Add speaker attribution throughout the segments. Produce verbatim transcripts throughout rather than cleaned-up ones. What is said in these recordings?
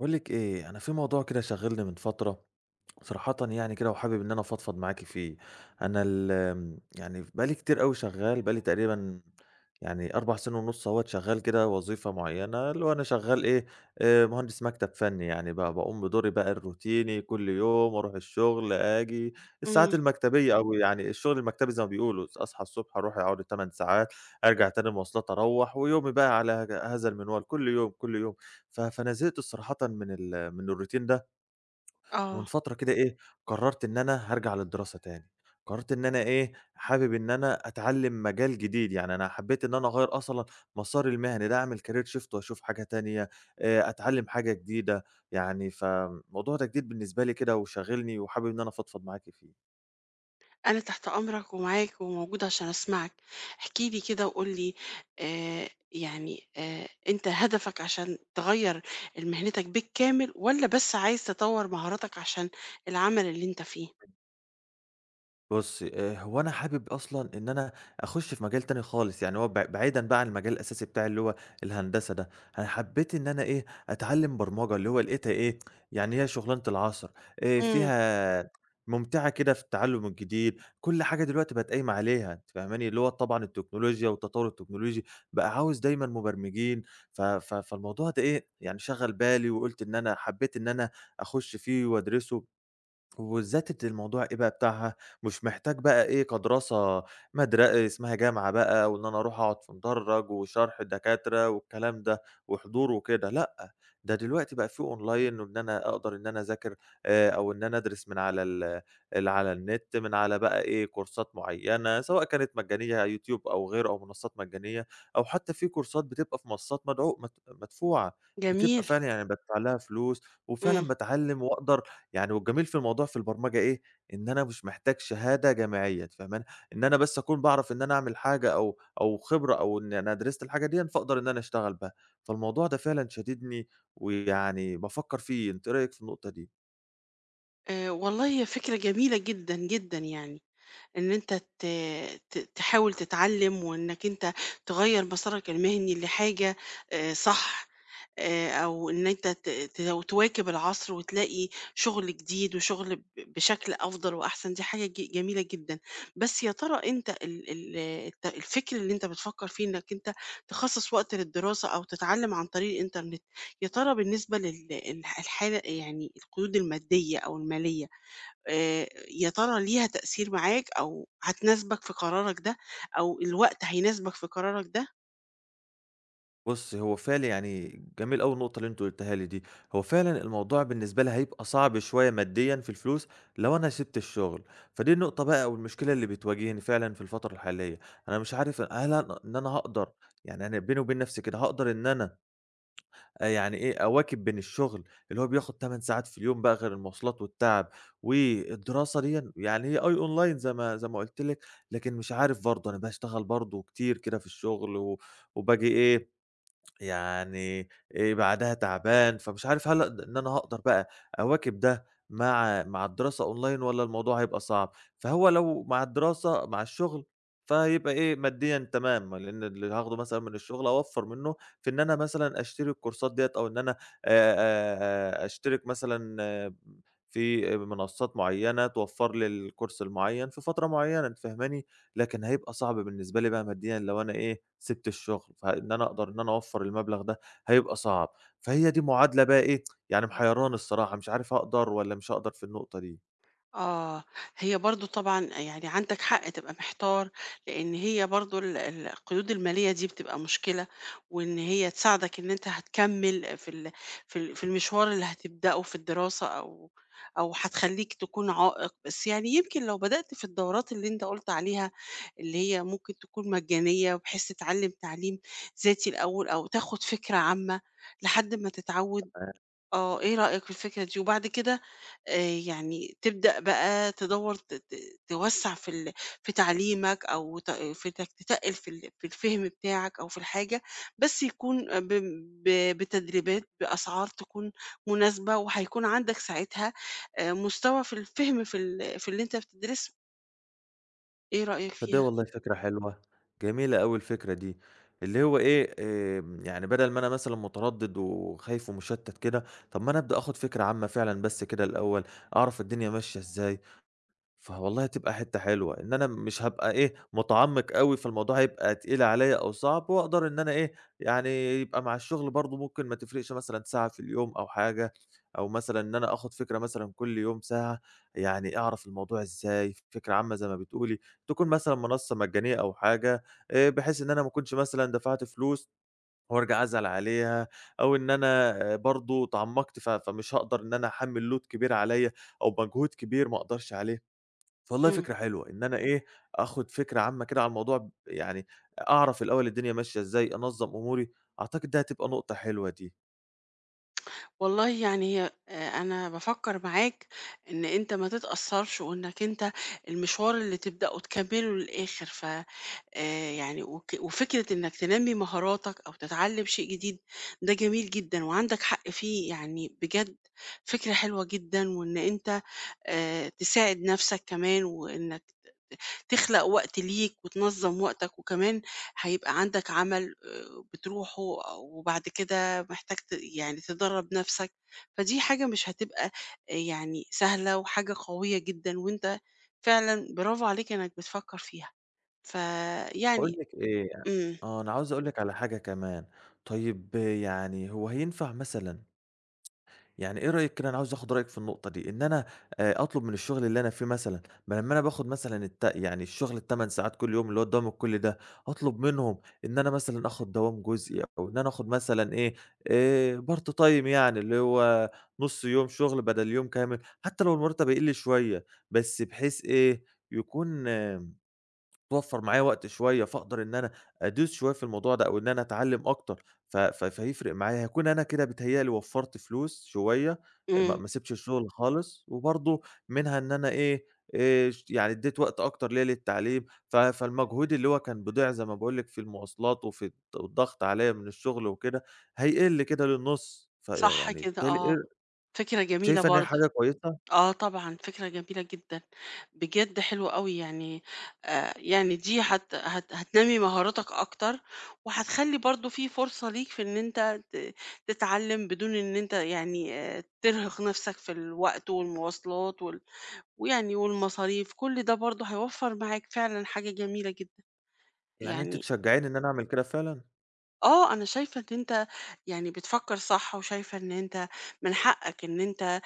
Speaker 1: باقول لِك إيه، أنا في موضوع كده شاغلني من فترة، صراحةً يعني كده وحابب إن أنا أفضفض معاكِ فيه، أنا ال آمم، يعني بقى لي كتير أوي شغّال، بقى لي تقريبًا يعني 4 سنين ونُص أهوّة شغّال كده وظيفة معيّنة، اللي هو أنا شغّال إيه، آآ مهندس مكتب فني يعني، ب باقوم بدوري بقى الروتيني كل يوم، أروح الشغل، آجي، الساعات
Speaker 2: إمم،
Speaker 1: المكتبية أو يعني الشغل المكتبي زي ما بيقولوا، أصحى الصبح أروح أقعد الثماني ساعات، أرجع تاني مواصلات أروّح، ويومي بقى على هج هذا المنوال كل يوم، كل يوم، ف فأنا زهقت صراحةً من ال من الروتين ده، ومن
Speaker 2: آه،
Speaker 1: فترة كده إيه، قرّرت إن أنا هارجع للدراسة تاني، قرّرت إن أنا إيه، حابب إن أنا أتعلّم مجال جديد، يعني أنا حبّيت إن أنا أغيّر أصلًا مساري المهني ده، أعمل career shift وأشوف حاجة تانية، آآ أتعلّم حاجة جديدة، يعني فالموضوع ده جديد بالنسبة لي كده وشاغلني وحابب إن أنا أفضفض معاكِ فيه.
Speaker 2: أنا تحت أمرك ومعاك وموجودة عشان أسمعك، احكِ لي كده وقُل لي آآ، يعني آآ، أنت هدفك عشان تغيّر ال مهنتك بالكامل والّا بس عايز تطوّر مهاراتك عشان العمل اللي أنت فيه؟
Speaker 1: بُصّي، آآ هو أنا حابب أصلًا إن أنا أخُش في مجال تاني خالص، يعني هو بع بعيدًا بقى عن المجال الأساسي بتاعي اللي هو الهندسة ده، أنا حبّيت إن أنا إيه، أتعلّم برمجة، اللي هو لقيتها إيه، يعني هي شُغلانة العصر، آآ
Speaker 2: إمم،
Speaker 1: فيها مُمتعة كده في التعلُّم الجديد، كل حاجة دلوقتي بقت قايمة عليها، أنتِ فاهماني، اللي هو طبعًا التكنولوجيا والتطوُّر التكنولوجي بقى عاوز دايمًا مُبرمجين، ف ف فالموضوع ده إيه، يعني شَغَل بالي وقُلت إن أنا حبّيت إن أنا أخُش فيه وأدرسه. وبالذات أنتِ الموضوع إيه بقى بتاعها، مش محتاج بقى إيه كدراسة مدر اسمها جامعة بقى، وإن أنا أروح أقعد في مدرج وشرح الدكاترة والكلام ده، وحضور وكده، لأ، ده دلوقتي بقى في أونلاين وإن أنا أقدر إن أنا أذاكر آآ، أو إن أنا أدرس من على ال ال على النت، من على بقى إيه كورسات معينة، سواء كانت مجانية على يوتيوب أو غيره أو منصات مجانية، أو حتى في كورسات بتبقى في منصات مدعو مد مدفوعة، بتبقى
Speaker 2: جميل،
Speaker 1: فعلًا يعني بادفع لها فلوس، وفعلًا
Speaker 2: إمم،
Speaker 1: باتعلم وأقدر يعني والجميل في الموضوع في البرمجة إيه، إن أنا مش محتاج شهادة جامعية أنتِ فاهماني، إن أنا بس أكون باعرف إن أنا أعمل حاجة أو أو خبرة أو إن أنا درست الحاجة ديًا، فأقدر إن أنا أشتغل بها، فالموضوع ده فعلًا شاددني ويعني بافكّر فيه، أنتِ إيه رأيِك في النقطة دي؟
Speaker 2: آآ، والله هي فكرة جميلة جدًا، جدًا يعني. إن أنت ت ت تحاول تتعلم وإنك أنت تغيّر مسارك المهني لحاجة آآ صح، آآ أو إن أنت ت ت تواكب العصر وتلاقي شغل جديد وشغل ب بشكل أفضل وأحسن، دي حاجة ج جميلة جدًا. بس يا ترى أنت ال ال الت الفكر اللي أنت بتفكّر فيه إنك أنت تخصّص وقت للدراسة أو تتعلم عن طريق الإنترنت، يا ترى بالنسبة لل الح الحالة يعني القيود المادية أو المالية، آآ يا ترى ليها تأثير معاك أو هتناسبك في قرارك ده أو الوقت هيناسبك في قرارك ده؟
Speaker 1: بُصّي، هو فعلًا يعني جميل أوي النقطة اللي أنتِ قُلتيها لي دي، هو فعلًا الموضوع بالنسبة لي هيبقى صعب شوية ماديًا في الفلوس لو أنا سِبت الشغل، فدي النقطة بقى أو المشكلة اللي بتواجهني فعلًا في الفترة الحالية، أنا مش عارف هل أنا إن أنا هاقدر يعني أنا بيني وبين نَفْسي كده هاقدر إن أنا آآ يعني إيه، أواكب بين الشغل اللي هو بياخد 8 ساعات في اليوم بقى غير المواصلات والتعب، والدراسة ديًا يعني هي أي online زي ما زي ما قُلت لِك، لكن مش عارف برضه أنا باشتغل برضه كتير كده في الشغل و وباجي إيه، يعني آآ بعدها تعبان، فمش عارف هل أقد إن أنا هاقدر بقى أواكب ده مع مع الدراسة أونلاين والّا الموضوع هيبقى صعب؟ فهو لو مع الدراسة مع الشغل، فهيبقى إيه، ماديًا تمام، لإن اللي هاخده مثلًا من الشغل أوفّر منه في إن أنا مثلًا أشتري الكورسات ديّة أو إن أنا آآ آآ أشترك مثلًا آه، في منصات معيّنة توفّر لي الكورس المعيّن في فترة معيّنة، أنتِ فاهماني؟ لكن هيبقى صعب بالنسبة لي بقى ماديًا لو أنا إيه، سِبت الشغل، فإن أنا أقدر إن أنا أوفّر المبلغ ده هيبقى صعب، فهي دي معادلة بقى إيه، يعني محيراني الصراحة، مش عارف أقدر والّا مش هاقدر في النقطة دي.
Speaker 2: آه، هي برضه طبعًا يعني عندك حق تبقى محتار، لإن هي برضه ال ال القيود المالية دي بتبقى مشكلة، وإن هي تساعدك إن أنت هتكمّل في ال في ال في المشوار اللي هتبدأه في الدراسة أو أو هتخلّيك تكون عائق، بس يعني يمكن لو بدأت في الدورات اللي أنت قُلت عليها، اللي هي ممكن تكون مجانية بحيث تتعلّم تعليم ذاتي الأول أو تاخد فكرة عامة لحد ما تتعوّد.
Speaker 1: آآ
Speaker 2: آه، إيه رأيك في الفكرة دي؟ وبعد كده آآ يعني تبدأ بقى تدوّر ت ت توسّع في ال في تعليمك أو ت في إنك تتقِّل في ال في الفهم بتاعك أو في الحاجة، بس يكون ب ب بتدريبات بأسعار تكون مناسبة، وهيكون عندك ساعتها آآ مستوى في الفهم في ال في اللي أنت بتدرسه، إيه رأيك
Speaker 1: تصدّقي
Speaker 2: فيها؟
Speaker 1: والله فكرة حلوة، جميلة أوي الفكرة دي، اللي هو إيه، آمم، يعني بدل ما أنا مثلًا متردد وخايف ومشتت كده، طب ما أنا أبدأ آخد فكرة عامة فعلًا بس كده الأول، أعرف الدنيا ماشية إزاي، فوالله هتبقى حتّة حلوة، إن أنا مش هابقى إيه، متعمّق أوي، فالموضوع هيبقى تقيل عليّا أو صعب وأقدر إن أنا إيه، يعني يبقى مع الشغل برضه ممكن ما تفرقش مثلًا ساعة في اليوم أو حاجة، أو مثلًا إن أنا آخُد فكرة مثلًا كل يوم ساعة، يعني أعرف الموضوع إزاي، فكرة عامة زي ما بتقولي، تكون مثلًا منصّة مجانية أو حاجة، آآ بحيث إن أنا ما أكونش مثلًا دفعت فلوس وارجع أزعل عليها، أو إن أنا برضه اتعمّقت ف فمش هاقدر إن أنا أحمّل load كبير عليّا أو مجهود كبير ما أقدرش عليه. فوالله
Speaker 2: إمم.
Speaker 1: فكرة حلوة، إن أنا إيه، آخُد فكرة عامة كده على الموضوع، يعني أعرف الأول الدنيا ماشية إزاي، أنظّم أموري، أعتقد دي هتبقى نقطة حلوة دي.
Speaker 2: والله يعني هي- آه، أنا بافكّر معاك إن أنت ما تتأثّرش وإنّك أنت المشوار اللي تبدأه تكمّله للآخِر، ف آآ يعني وك وفكرة إنّك تنمّي مهاراتك أو تتعلّم شيء جديد ده جميل جدًا وعندك حق فيه، يعني بجد فكرة حلوة جدًا وإن أنت آآ تساعد نَفْسك كمان وإنّك تخلق وقت ليك وتنظّم وقتك، وكمان هيبقى عندك عمل آآ بتروحه وبعد كده محتاج ت يعني تدرّب نَفْسك، فدي حاجة مش هتبقى آآ يعني سهلة وحاجة قوية جدًا، وأنت فعلًا برافو عليك إنك بتفكّر فيها.
Speaker 1: باقول
Speaker 2: فيعني
Speaker 1: لِك إيه،
Speaker 2: إمم،
Speaker 1: آه، أنا عاوز أقول لِك على حاجة كمان، طيب يعني هو هينفع مثلًا يعني إيه رأيك كده أنا عاوز آخُد رأيك في النقطة دي، إن أنا آآ أطلُب من الشغل اللي أنا فيه مثلًا ما لمّا أنا باخُد مثلًا الت يعني الشغل التمن ساعات كل يوم اللي هو الدوام الكلّي ده، أطلُب منهم إن أنا مثلًا آخُد دوام جزئي أو إن أنا آخُد مثلًا إيه، آآ part time يعني اللي هو نُص يوم شغل بدل يوم كامل، حتّى لو المرتب هيقِل شوية، بس بحيث إيه، يكون آه توفّر معايا وقت شوية، فاقدر إن أنا أدوس شوية في الموضوع ده أو إن أنا أتعلّم أكتر، ف ف فهيفرق معايا، هاكون أنا كده بيتهيأ لي وفّرت فلوس شوية، ما
Speaker 2: إمم،
Speaker 1: ما سِبتش الشغل خالص، وبرضه منها إن أنا إيه، آآ ش يعني ادّيت وقت أكتر ليّا للتعليم، ف فالمجهود اللي هو كان بيضيع زي ما باقول لِك في المواصلات وفي الض والضغط عليّا من الشغل وكده، هيقِل كده للنُص،
Speaker 2: صح
Speaker 1: فيعني
Speaker 2: كده،
Speaker 1: بالتالي
Speaker 2: آه،
Speaker 1: إيه
Speaker 2: فكرة جميلة
Speaker 1: شايفة إن هي
Speaker 2: برضه.
Speaker 1: حاجة كويسة؟
Speaker 2: آه طبعًا، فكرة جميلة جدًا، بجد حلو أوي يعني آآ، يعني دي هت هت هتنمّي مهاراتك أكتر، وهتخلّي برضه في فرصة ليك في إن أنت ت تتعلّم بدون إن أنت يعني آآ، ترهق نفسك في الوقت والمواصلات وال ويعني والمصاريف، كل ده برضه هيوفّر معاك فعلًا حاجة جميلة جدًا،
Speaker 1: يعني أنتِ
Speaker 2: يعني
Speaker 1: تشجّعيني إن أنا أعمل كده فعلًا؟
Speaker 2: آه، أنا شايفة إن أنت يعني بتفكّر صح، وشايفة إن أنت من حقك إن أنت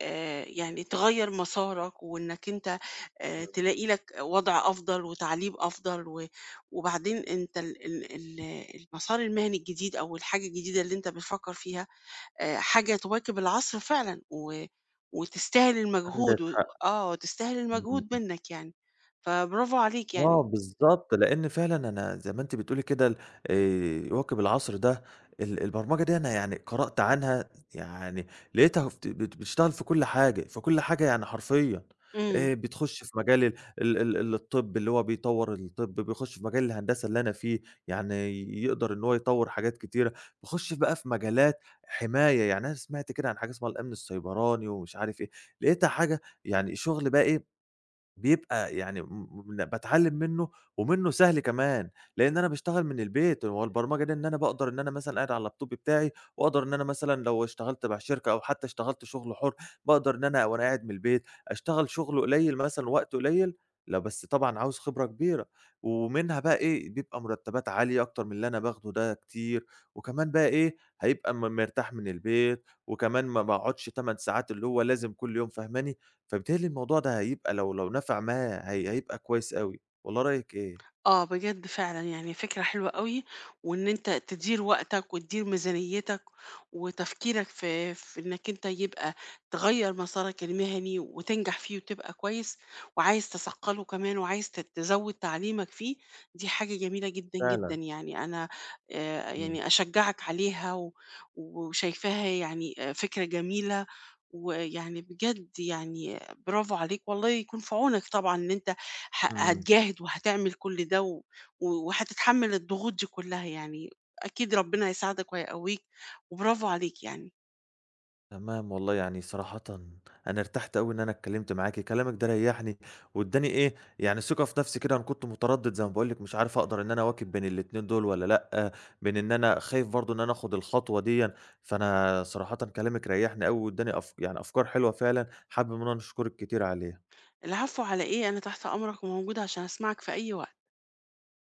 Speaker 2: آآ يعني تغيّر مسارك وإنّك أنت آآ
Speaker 1: إمم،
Speaker 2: تلاقي لك وضع أفضل وتعليم أفضل و وبعدين أنت ال ال ال المسار المهني الجديد أو الحاجة الجديدة اللي أنت بتفكّر فيها آآ حاجة تواكب العصر فعلًا و وتستاهل
Speaker 1: عندِك
Speaker 2: المجهود و
Speaker 1: حق،
Speaker 2: آه، تستاهل المجهود
Speaker 1: إمم.
Speaker 2: منّك يعني، فبرافو عليك يعني.
Speaker 1: آه بالضبط، لإن فعلًا أنا زي ما أنتِ بتقولي كده ال آآ يواكب العصر ده ال البرمجة دي أنا يعني قرأت عنها يعني لقيتها فت بت بتشتغل في كل حاجة، في كل حاجة يعني حرفيًا،
Speaker 2: إمم.
Speaker 1: آآ بتخش في مجال ال ال ال ال الطب اللي هو بيطوّر الطب، بيخش في مجال الهندسة اللي أنا فيه، يعني يقدر إن هو يطوّر حاجات كتيرة، بيخش بقى في مجالات حماية، يعني أنا سمعت كده عن حاجة اسمها الأمن السيبراني ومش عارف إيه، لقيتها حاجة يعني شغل بقى إيه بيبقى يعني م م باتعلّم منّه، ومنّه سهل كمان، لإن أنا باشتغل من البيت، هو البرمجة دي إن أنا باقدر إن أنا مثلًا قاعد على اللابتوب بتاعي، وأقدر إن أنا مثلًا لو اشتغلت مع شركة أو حتى اشتغلت شغل حُر، باقدر إن أنا وأنا قاعد من البيت أشتغل شغل قليل مثلًا وقت قليل، لا بس طبعًا عاوز خبرة كبيرة، ومنها بقى إيه، بيبقى مرتبات عالية أكتر من اللي أنا باخده ده كتير، وكمان بقى إيه، هيبقى م مرتاح من البيت، وكمان ما باقعدش 8 ساعات اللي هو لازم كل يوم فاهماني؟ فبالتالي الموضوع ده هيبقى لو لو نفع معاه هي هيبقى كويس أوي، والّا رأيِك إيه؟
Speaker 2: آه، بجد فعلًا يعني فكرة حلوة أوي، وإن أنت تدير وقتك وتدير ميزانيتك وتفكيرك في في إنك أنت يبقى تغيّر مسارك المهني وتنجح فيه وتبقى كويس، وعايز تثقّله كمان وعايز ت تزوّد تعليمك فيه، دي حاجة جميلة جدًا، جدًا
Speaker 1: فعلًا،
Speaker 2: يعني أنا آآ،
Speaker 1: إمم.
Speaker 2: يعني أشجّعك عليها و وشايفاها يعني آآ، فكرة جميلة، ويعني بجد يعني برافو عليك والله يكون في عونك طبعًا إن أنت ه
Speaker 1: إمم،
Speaker 2: هتجاهد وهتعمل كل ده و و- وهتتحمّل الضغوط دي كلّها يعني، أكيد ربنا هيساعدك وهيقوّيك وبرافو عليك يعني.
Speaker 1: تمام والله يعني صراحةً أنا ارتحت أوي إن أنا اتكلمت معاكِ، كلامِك ده ريّحني وادّاني إيه، يعني ثقة في نفسي كده، أنا كنت متردد زي ما باقول لِك مش عارف أقدر إن أنا أواكب بين الاتنين دول والّا لأ، بين إن أنا خايف برضه إن أنا آخد الخطوة ديًّا، فأنا صراحةً كلامِك ريّحني أوي وادّاني أف يعني أفكار حلوة فعلًا، حابب إن أنا أشكرِك كتير عليها.
Speaker 2: العفو على إيه، أنا تحت أمرك وموجودة عشان أسمعك في أي وقت.